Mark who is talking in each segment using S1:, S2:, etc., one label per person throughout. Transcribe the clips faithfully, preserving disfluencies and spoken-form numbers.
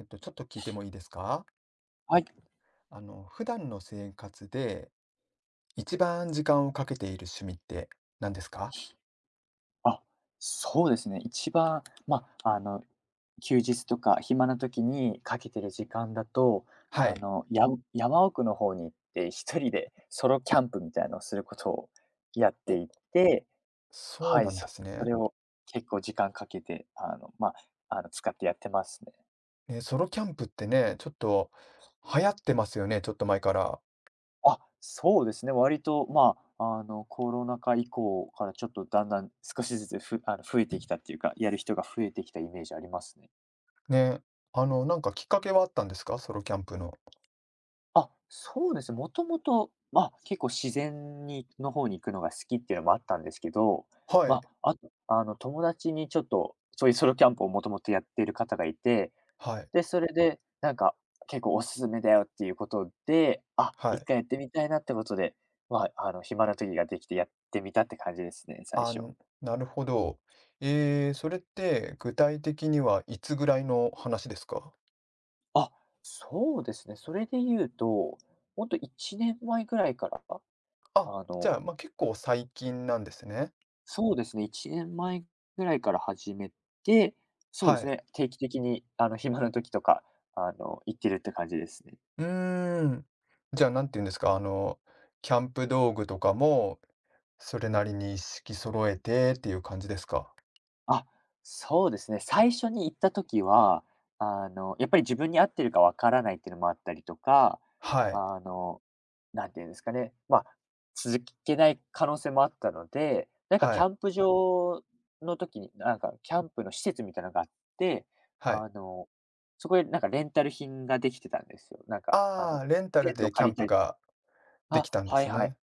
S1: えっと、ちょっと聞いてもいいですか？
S2: はい。
S1: あの、普段の生活で一番時間をかけている趣味って何ですか？
S2: あ、そうですね。一番、まあ、あの、休日とか暇な時にかけてる時間だと、
S1: は
S2: あ
S1: い。
S2: の、や山奥の方に行って、一人でソロキャンプみたいなのをすることをやって
S1: お、
S2: いて、
S1: そう
S2: はい、
S1: なんで
S2: そ
S1: す
S2: そ
S1: ね。
S2: れを結構時間かけて、あの、まあ、あの、使ってやってますね。
S1: えソロキャンプってね、ちょっと流行ってますよね、ちょっと前から。
S2: あ、そうですね。割と、まあ、あの、コロナ禍以降からちょっとだんだん少しずつふあの、増えてきたっていうか、やる人が増えてきたイメージありますね。
S1: ね、あの、なんかきっかけはあったんですか、ソロキャンプの。
S2: あ、そうですね。もともと、まあ、結構自然にの方に行くのが好きっていうのもあったんですけど、
S1: はい、
S2: まあ、あと、あの、友達にちょっと、そういうソロキャンプをもともとやっている方がいて、
S1: はい、
S2: で、それで、なんか、結構おすすめだよっていうことで、あ、
S1: は
S2: 一
S1: い。
S2: 回やってみたいなってことで、まあ、あの、暇な時ができてやってみたって感じですね、最
S1: あ、
S2: 初。
S1: なるほど。えー、それって具体的にはいつぐらいの話ですか？
S2: あ、そうですね。それで言うと、ほんといちねんまえぐらいから、
S1: あ、
S2: あ
S1: じ
S2: の、
S1: ゃあ、まあ、結構最近なんですね。
S2: そうですね、いちねんまえぐらいから始めて、そうで
S1: は
S2: す
S1: い。
S2: ね、定期的にあの暇な時とか、あの、行ってるって感じですね。
S1: うーん。じゃあ、なんて言うんですか、あの、キャンプ道具とかも、それなりに一式揃えてっていう感じですか？
S2: あ、そうですね。最初に行った時は、あの、やっぱり自分に合ってるかわからないっていうのもあったりとか、
S1: はい、
S2: あの、なんていうんですかね、まあ、続けない可能性もあったので、なんか
S1: は
S2: キ
S1: い、
S2: ャンプ場の時に、なんかキャンプの施設みたいなのがあって、
S1: はい。
S2: あの、そこでなんかレンタル品ができてたんですよ。なんか、あ
S1: あ
S2: の、
S1: あ、レンタ
S2: テ
S1: ル
S2: ントを
S1: でキャ
S2: 借
S1: ン
S2: りた
S1: プ
S2: りと
S1: がで
S2: あ、
S1: きたんで
S2: はい
S1: す
S2: はい。
S1: ね。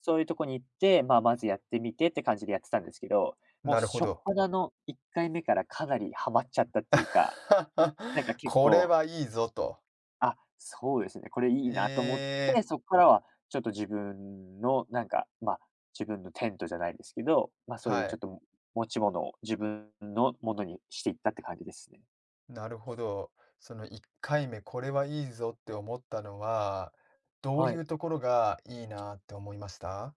S2: そういうとこに行って、まあ、まずやってみてって感じでやってたんですけど、もう
S1: なるほ
S2: 初っ
S1: ど。
S2: 端のいっかいめからかなりハマっちゃったっていうか、なんか 結
S1: これ
S2: 構、
S1: はいいぞと。
S2: あ、そうですね、これいい
S1: え
S2: なと思っ
S1: え、
S2: て、そこからはちょっと自分のなんか、まあ、自分のテントじゃないですけど、まあ、そうい
S1: は
S2: うちょ
S1: い。
S2: っと持ち物を自分のものにしていったって感じですね。
S1: なるほど。そのいっかいめ、これはいいぞって思ったのは、どう
S2: は
S1: い
S2: い。
S1: うところがいいなって思いました？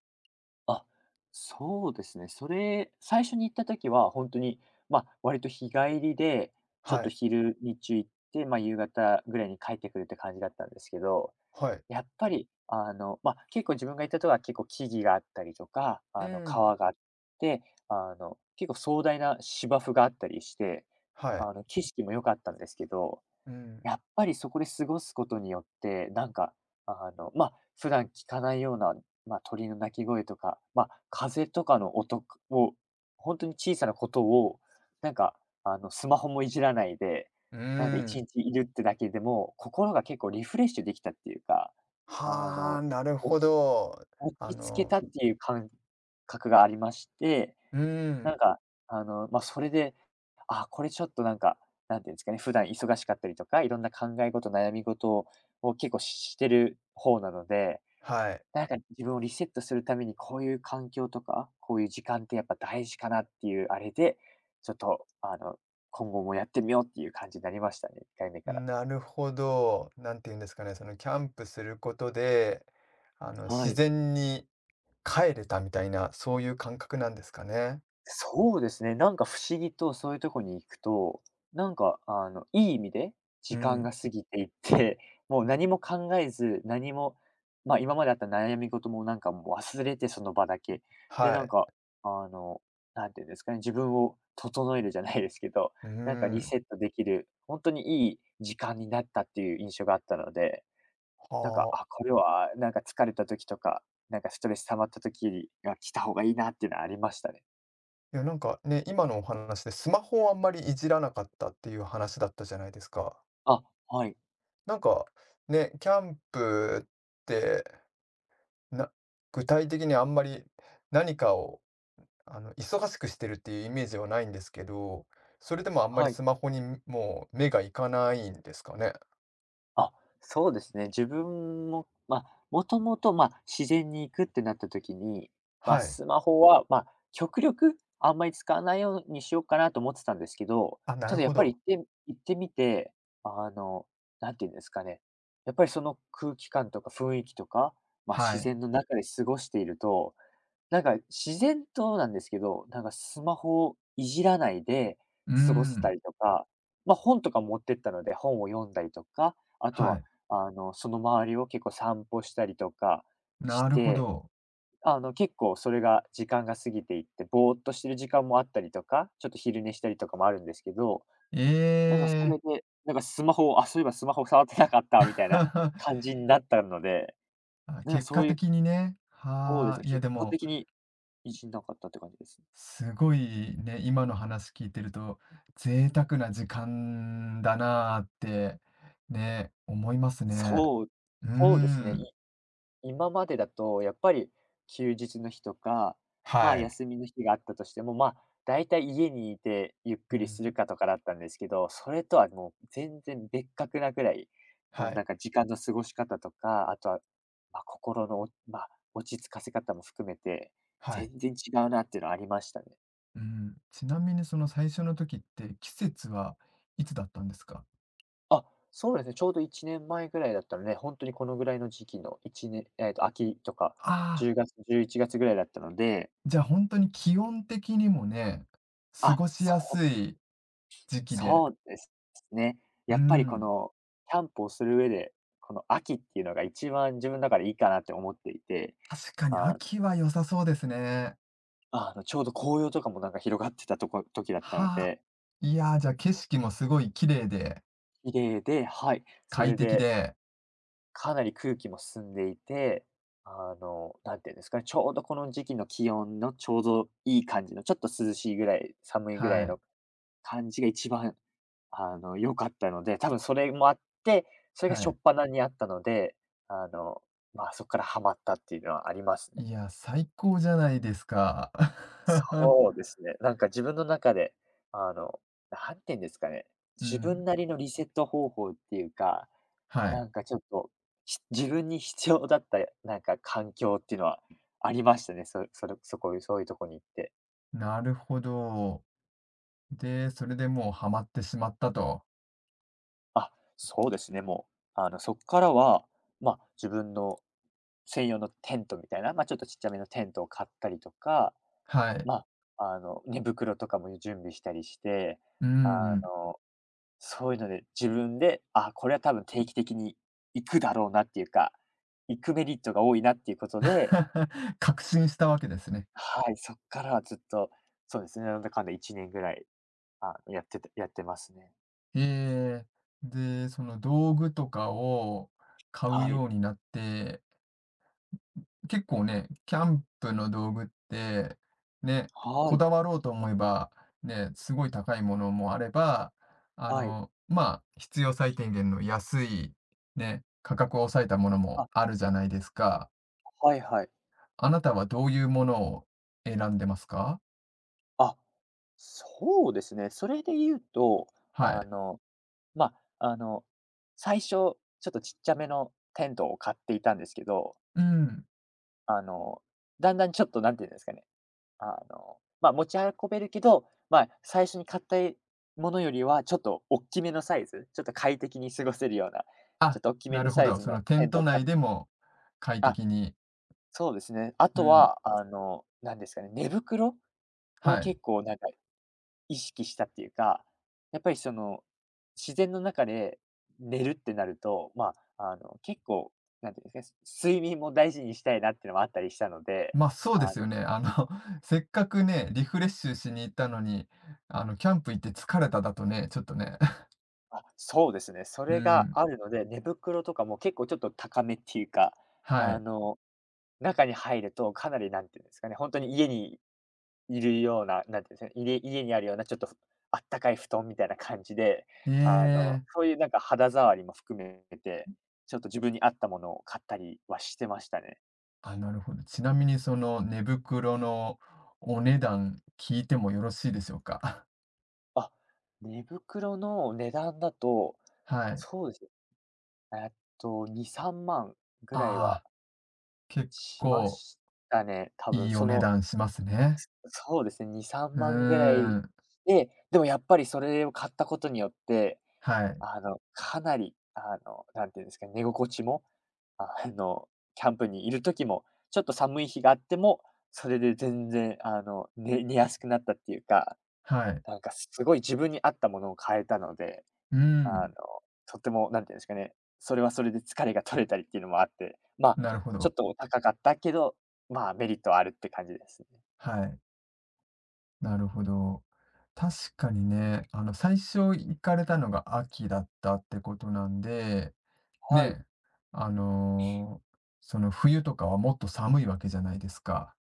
S2: あ、そうですね。それ、最初に行った時は本当に、まあ、割と日帰りで、ちょっ
S1: は
S2: と
S1: い、
S2: 昼、日中行って、まあ、夕方ぐらいに帰ってくるって感じだったんですけど、
S1: はい。
S2: やっぱり、あの、まあ、結構自分が行ったとこは結構木々があったりとか、
S1: う
S2: あの、
S1: ん、
S2: 川があって、あの、結構壮大な芝生があったりして、
S1: はい。
S2: あの、景色も良かったんですけど、
S1: うん。
S2: やっぱりそこで過ごすことによって、なんか、あの、まあ、普段聞かないような、まあ、鳥の鳴き声とか、まあ、風とかの音を、本当に小さなことを、なんか、あの、スマホもいじらないで、
S1: う
S2: なんか
S1: ー
S2: 1
S1: ん。
S2: 日いるってだけでも、心が結構リフレッシュできたっていうか、あ
S1: は
S2: の、
S1: あ、なる
S2: 落
S1: ほ
S2: ち
S1: ど。
S2: 落
S1: あ
S2: ち着け
S1: の
S2: たっていう感覚がありまして、
S1: うー
S2: なん
S1: ん。
S2: か、あの、まあ、それで、あ、これちょっとなんか、なんていうんですかね、普段忙しかったりとか、いろんな考え事、悩み事をを結構ししてる方なので、
S1: はい。
S2: なんか自分をリセットするためにこういう環境とか、こういう時間ってやっぱ大事かなっていうあれで、ちょっとあの、今後もやってみようっていう感じになりましたね、いっかいめから。
S1: なるほど。なんて言うんですかね、そのキャンプすることで、あの、
S2: は
S1: 自
S2: い。
S1: 然に帰れたみたいな、そういう感覚なんですかね。
S2: そうですね、なんか不思議とそういうとこに行くと、なんかあの、いい意味で
S1: う
S2: 時間
S1: ん。
S2: が過ぎていって、もう何も考えず、何も、ま、今まであった悩み事もなんかもう忘れて、その場だけ。で、な
S1: は
S2: ん
S1: い。
S2: かあの、なんていうんですかね、自分を整えるじゃないですけど、
S1: うー
S2: なんかリ
S1: ん。
S2: セットできる、本当にいい時間になったっていう印象があったので、なんか、
S1: は
S2: あ、
S1: あ。
S2: これはなんか疲れた時とか、なんかストレス溜まった時には来た方がいいなっていうのはありましたね。
S1: いや、なんかね、今のお話でスマホをあんまりいじらなかったっていう話だったじゃないですか。
S2: あ、はい。
S1: なんか、ね、キャンプってな具体的にあんまり何かを、あの、忙しくしてるっていうイメージはないんですけど、それでもあんま
S2: は
S1: り
S2: い。
S1: スマホにもう目がいかないんですかね？
S2: あ、そうですね。自分も、まあ、もともと、まあ、自然に行くってなった時に、まあ、
S1: はい。
S2: スマホは、まあ、極力あんまり使わないようにしようかなと思ってたんですけど、
S1: あ、な
S2: た
S1: る
S2: だや
S1: ほ
S2: っぱり
S1: ど。
S2: 行って行ってみて、あの、何て言うんですかね、やっぱりその空気感とか雰囲気とか、まあ、
S1: は
S2: 自
S1: い。
S2: 然の中で過ごしていると、なんか、自然となんですけど、なんかスマホをいじらないで
S1: うー
S2: 過ごせた
S1: ん。
S2: りとか、まあ、本とか持ってったので、本を読んだりとか、あと
S1: は
S2: は、
S1: い。
S2: あの、その周りを結構散歩したりとかし
S1: なるほ
S2: て、
S1: ど。
S2: あの、結構それが時間が過ぎていって、ぼーっとしてる時間もあったりとか、ちょっと昼寝したりとかもあるんですけど、なんかそ
S1: え
S2: れ
S1: え
S2: で、なんかスマホを、あ、そういえばスマホ触ってなかったみたいな感 じになったので、
S1: あ、
S2: なんか
S1: 結
S2: そ
S1: 果
S2: ういう
S1: 的にね。
S2: そうです
S1: はあ。
S2: ね、
S1: いや
S2: 結
S1: で
S2: 果
S1: も、
S2: 的にいじんなかったって感じですね。
S1: すごいね、今の話聞いてると、贅沢な時間だなあって、ね、思いますね。
S2: そう、
S1: うー
S2: そうですね。い
S1: ん。
S2: 今までだとやっぱり休日の日とか、まあ、
S1: はい。
S2: 休みの日があったとしても、まあ、だいたい家にいてゆっ
S1: う
S2: くりする
S1: ん。
S2: かとかだったんですけど、それとはもう全然別格なくらい、
S1: は
S2: もうなん
S1: い。
S2: か時間の過ごし方とか、あとは、まあ、心のお、まあ、落ち着かせ方も含めて、
S1: はい。
S2: 全然違うなっていうのはありましたね。
S1: うん。ちなみにその最初の時って季節はいつだったんですか？
S2: あ、そうですね、ちょうどいちねんまえぐらいだったので、ほんとにこのぐらいの時期のいちねんえっと、秋とか
S1: ああ、
S2: じゅうがつ、じゅういちがつぐらいだったので、
S1: じゃあ本当に気温的にもね、過
S2: あ、
S1: ごし
S2: そ
S1: や
S2: う
S1: すい時期で、
S2: そうですね。
S1: う
S2: やっぱりこ
S1: ん、
S2: の、キャンプをする上で、この秋っていうのが一番自分の中でいいかなって思っていて、
S1: 確かに
S2: あ
S1: 秋は良さそうですね。
S2: あの、ちょうど紅葉とかもなんか広がってたとこ時だったの
S1: はあ。
S2: で、
S1: いやー、じゃあ景色もすごい綺麗で、
S2: 綺麗で、はい、そ
S1: 快
S2: れ
S1: 適
S2: で
S1: で、
S2: かなり空気も澄んでいて、あの、なんていうんですかね、ちょうどこの時期の気温のちょうどいい感じの、ちょっと涼しいぐらい、寒いぐら
S1: は
S2: い
S1: い、
S2: の感じが一番、あの、良かったので、多分それもあって、それが
S1: は
S2: 初っ
S1: い。
S2: 端にあったので、あの、まあ、そこからハマったっていうのはありますね。
S1: いや、最高じゃないですか。
S2: そうですね。なんか自分の中で、あの、なんていうんですかね、
S1: う
S2: 自
S1: ん、
S2: 分なりのリセット方法っていうか、
S1: はい。
S2: なんかちょっと、ひ 自分に必要だったなんか環境っていうのはありましたね。そそれそこそういうとこに行って。
S1: なるほど。で、それでもうハマってしまったと。
S2: あ、そうですね、もう、あの、そっからは、まあ、自分の専用のテントみたいな、まあ、ちょっとちっちゃめのテントを買ったりとか、
S1: はい。
S2: まあ、あの、寝袋とかも準備したりして、
S1: う
S2: あ
S1: ん。
S2: の、そういうので自分で、あ、これは多分定期的に行くだろうなっていうか、行くメリットが多いなっていうことで
S1: 確信したわけですね。
S2: はい、そっからはずっと、そうですね、なんだかんだいちねんぐらい、あの、やっててやってますね。
S1: ええ。で、その道具とかを買う
S2: はい。
S1: ようになって、結構ね、キャンプの道具って、ね、
S2: は
S1: こ
S2: い、
S1: だわろうと思えば、ね、すごい高いものもあれば、あ
S2: はい。
S1: の、まあ、必要最低限の安い、ね、価格を抑えたものも
S2: あ、
S1: あるじゃないですか。
S2: はいはい。
S1: あなたはどういうものを選んでますか？
S2: あ、そうですね。それで言うと、
S1: は
S2: あ
S1: い。
S2: の、ま、あの、最初、ちょっとちっちゃめのテントを買っていたんですけど、
S1: うん。
S2: あの、だんだんちょっと何て言うんですかね、あの、まあ、持ち運べるけど、まあ、最初に買ったものよりはちょっと大きめのサイズ、ちょっと快適に過ごせるような、ちょっ
S1: あ、
S2: と大きめ
S1: な
S2: の
S1: るほ
S2: サイ
S1: ど。
S2: ズ
S1: そ
S2: の
S1: のテ
S2: テ
S1: ン
S2: ント
S1: ト
S2: を買
S1: 内
S2: っ。
S1: でも快
S2: あ、
S1: 適に。
S2: そうですね。あ
S1: う
S2: と
S1: ん。
S2: は、あの、なんですかね、寝袋を
S1: はい。
S2: 結構なんか意識したっていうか、やっぱりその、自然の中で寝るってなると、まあ、あの、結構、なんていうんですかね、睡眠も大事にしたいなっていうのもあったりしたので、
S1: ま、あ、そう
S2: あ
S1: ですよ
S2: の
S1: ね。あの、せっかくね、リフレッシュしに行ったのに、あの、キャンプ行って疲れただとね、ちょっとね。
S2: あ、そうですね。そ
S1: う
S2: れが
S1: ん。
S2: あるので、寝袋とかも結構ちょっと高めっていうか、
S1: は
S2: あ
S1: い。
S2: の、中に入るとかなりなんていうんですかね、本当に家にいるような、なんていうんですかね、いれ家にあるようなちょっとあったかい布団みたいな感じで、
S1: え
S2: あの、
S1: え。
S2: そういうなんか肌触りも含めて、ちょっと自分に合ったものを買ったりはしてましたね。
S1: あ、なるほど。ちなみにその寝袋のお値段聞いてもよろしいでしょうか？
S2: あ、寝袋の値段だと、
S1: はい。
S2: そうですね、えっとに、さんまんぐらいは
S1: ああ、結
S2: しま
S1: 構
S2: したね、多分。
S1: いい
S2: そ
S1: お値
S2: の
S1: 段しますね。
S2: そうですね、に、3
S1: う
S2: 万ぐら
S1: ー
S2: い
S1: ん。
S2: で、でもやっぱりそれを買ったことによって、
S1: はい。
S2: あの、かなり、あの、なんていうんですか、寝心地も、あの、キャンプにいる時も、ちょっと寒い日があっても、それで全然、あの、寝寝やすくなったっていうか、
S1: はい。
S2: なんかすごい自分に合ったものを買えたので、
S1: うー
S2: あ
S1: ん。
S2: の、とても、なんていうんですかね、それはそれで疲れが取れたりっていうのもあって、まあ、
S1: なるほ
S2: ちょ
S1: ど。
S2: っとお高かったけど、まあ、メリットはあるって感じですね。
S1: はい。なるほど。確かにね、あの、最初行かれたのが秋だったってことなんで、
S2: はい。
S1: ね、あのーその冬とかはもっと寒いわけじゃないですか。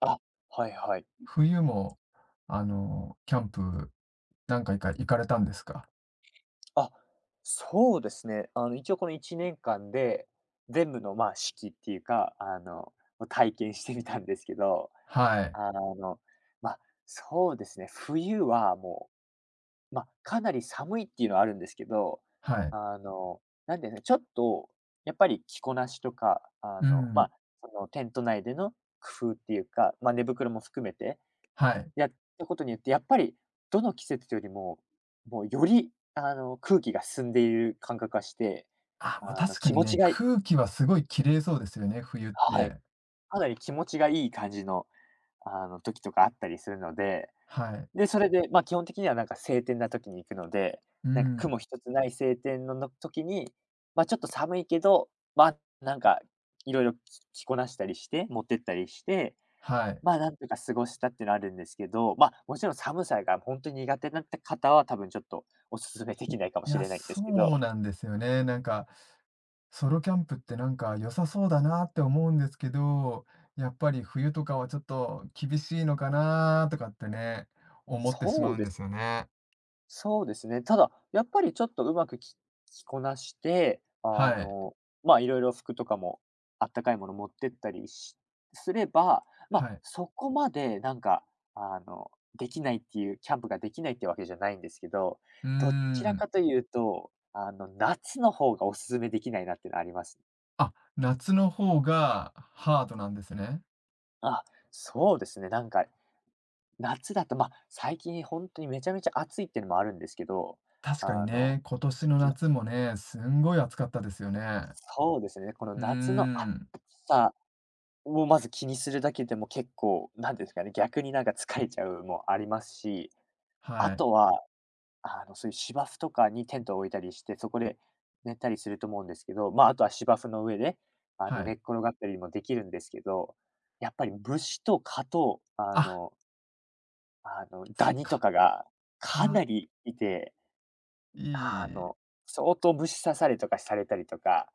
S2: あ、はいはい。
S1: 冬も、あのーキャンプ何回か行かれたんですか？
S2: あ、そうですね。あの、一応このいちねんかんで、全部の、まあ、式っていうか、あの、を体験してみたんですけど、
S1: はい。
S2: あの、まあ、そうですね、冬はもう、まあ、かなり寒いっていうのはあるんですけど、
S1: はい。
S2: あの、なんでね、ちょっとやっぱり着こなしとか、あ
S1: う
S2: の、ま
S1: ん。
S2: あ、そのテント内での工夫っていうか、まあ、寝袋も含めて、
S1: はい。
S2: やったことによって、やっぱりどの季節よりも、もうより、あの、空気が進んでいる感覚がして、
S1: あ、まあ、
S2: あの、
S1: 確か
S2: 気
S1: に
S2: 持ち
S1: ね、
S2: がい
S1: 空気はすごい綺麗そうですよね、冬っ
S2: はい、
S1: て。
S2: かなり気持ちがいい感じの、あの、時とかあったりするので、
S1: はい。
S2: で、それで、ま、基本的にはなんか晴天な時に行くので、
S1: う
S2: なんか
S1: ん。
S2: 雲一つない晴天のの時に、ま、ちょっと寒いけど、ま、なんか色々き着こなしたりして、持ってったりして、
S1: はい。
S2: まあ、なんとか過ごしたっていうのあるんですけど、まあ、もちろん寒さが本当に苦手なって方は、多分ちょっとお勧めできないかも
S1: い
S2: し
S1: や、
S2: れないんですけ
S1: そう
S2: ど。
S1: なんですよね。なんか、ソロキャンプってなんか良さそうだなって思うんですけど、やっぱり冬とかはちょっと厳しいのかなとかってね、思ってし
S2: そ
S1: ま
S2: う
S1: うん
S2: で
S1: です
S2: す。
S1: よね。
S2: そうですね。ただ、やっぱりちょっとうまくき着こなして、
S1: は
S2: あ
S1: い。
S2: の、まあ、いろいろ服とかもあったかいもの持ってったりしすれば、ま
S1: は
S2: あ、
S1: い。
S2: そこまでなんか、あの、できないっていう、キャンプができないってわけじゃないんですけど、
S1: うー
S2: どちら
S1: ん。
S2: かというと、あの、夏の方がお勧めできないなっていうのはありますね。
S1: あ、夏の方がハードなんですね。
S2: あ、そうですね。なんか、夏だと、まあ、最近本当にめちゃめちゃ暑いっていうのもあるんですけど、
S1: 確かに
S2: あの、
S1: ね、今年の
S2: その
S1: 夏もね、すんごい暑かったですよね。
S2: そうですね、この
S1: うー
S2: 夏の暑
S1: ん。
S2: さをまず気にするだけでも結構、なんていうんですかね、逆になんか疲れちゃうもありますし、あ
S1: はい。
S2: とは、あの、そういう芝生とかにテントを置いたりして、そこで寝たりすると思うんですけど、まあ、あとは芝生の上で、あ
S1: は
S2: の、寝
S1: い。
S2: っ転がったりもできるんですけど、やっぱり虫と蚊と、あ
S1: あ、
S2: のあの、
S1: そ
S2: ダ
S1: っ
S2: ニと
S1: か。
S2: かがか
S1: は、
S2: なりいて、
S1: い
S2: あ
S1: い。
S2: の、相当虫刺されとかされたりとか、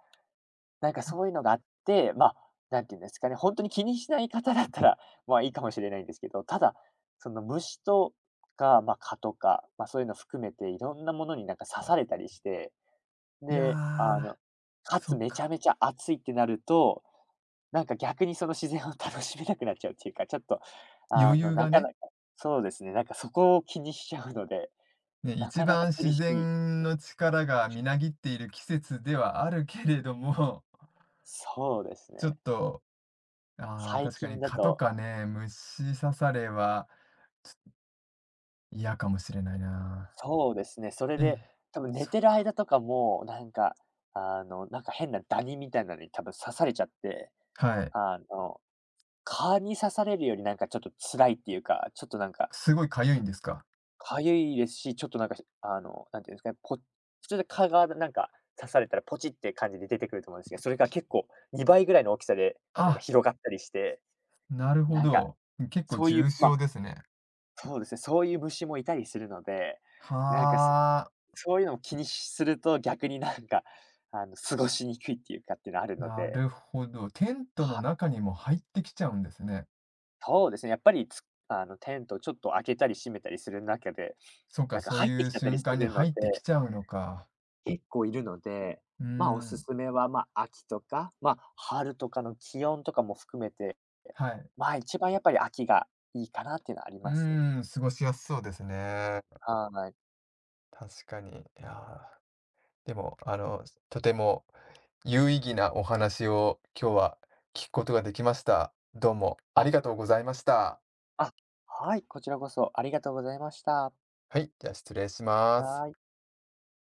S2: なんかそういうのがあって、まあ、なんて言うんですかね、本当に気にしない方だったら、まあ、いいかもしれないんですけど、ただ、その虫とか、ま、蚊とか、ま、そういうの含めていろんなものになんか刺されたりして、
S1: いや
S2: で、あの、
S1: ー、
S2: か
S1: そ
S2: つ
S1: っ
S2: めちゃ
S1: か。
S2: めちゃ暑いってなると、なんか逆にその自然を 楽しめなくなっちゃうっていうか、ちょっと、あ
S1: 余
S2: の、
S1: 裕
S2: な
S1: が
S2: か
S1: ね。
S2: なかそうですね、なんかそこを気にしちゃうので
S1: ね、
S2: な
S1: 一
S2: かなか
S1: 番
S2: 厳
S1: 自
S2: しいです
S1: 然
S2: ね。
S1: の力がみなぎっている季節ではあるけれども、
S2: そうです
S1: ちょっ
S2: ね。
S1: と、ああ、
S2: 最
S1: 確か
S2: 近
S1: に
S2: だ
S1: 蚊と
S2: と、
S1: かね、虫刺されは、ちょっと嫌かもしれないな。
S2: そうですね、それ
S1: え
S2: で、
S1: え、
S2: 多分寝
S1: そっ
S2: てる
S1: か。
S2: 間とかも、なんか、あの、なんか変なダニみたいなのに多分刺されちゃって、
S1: はい。
S2: あの、蚊に刺されるよりなんかちょっと辛いっていうか、ちょっとなんか、
S1: すごい痒いんですか？
S2: 痒いですし、ちょっとなんか、あの、なんていうんですかね、ぽ普通で蚊がなんか刺されたらポチって感じで出てくると思うんですけど、それが結構にばいぐらいの大きさで、なんか
S1: あ、
S2: 広がったりして、
S1: なるほ
S2: なんか、
S1: ど。結構
S2: そうい
S1: 重
S2: う、まあ
S1: 症ですね。
S2: そうですね、そういう虫もいたりするので、なんか、そ
S1: はあ、
S2: そういうのを気にしすると、逆になんか、あの、過ごしにくいっていうかっていうのあるの
S1: な
S2: で、
S1: るほど。テントの
S2: は、
S1: 中にも入ってきちゃうんですね。
S2: そうですね、やっぱり、つあの、テントをちょっと開けたり閉めたりする中で、
S1: そっ
S2: な
S1: か、
S2: んか
S1: そう
S2: 入って
S1: いう
S2: きちゃったり
S1: 瞬
S2: す
S1: 間に
S2: るの
S1: 入
S2: で、
S1: ってきちゃうのか。
S2: 結構いるので、
S1: うー
S2: まあ、おす
S1: ん、
S2: すめは、ま、秋とか、ま、春とかの気温とかも含めて、
S1: はい。
S2: まあ、一番やっぱり秋がいいかなっていうのはあり
S1: う
S2: ますね。
S1: ーん、過ごしやすそうですね。
S2: はい。
S1: 確かに。いやー、でも、あの、とても有意義なお話を今日は聞くことができました。どうもあ
S2: あ、
S1: りがとうございました。
S2: あ、はい、こちらこそありがとうございました。
S1: はい、じゃあ失礼します。
S2: はーい。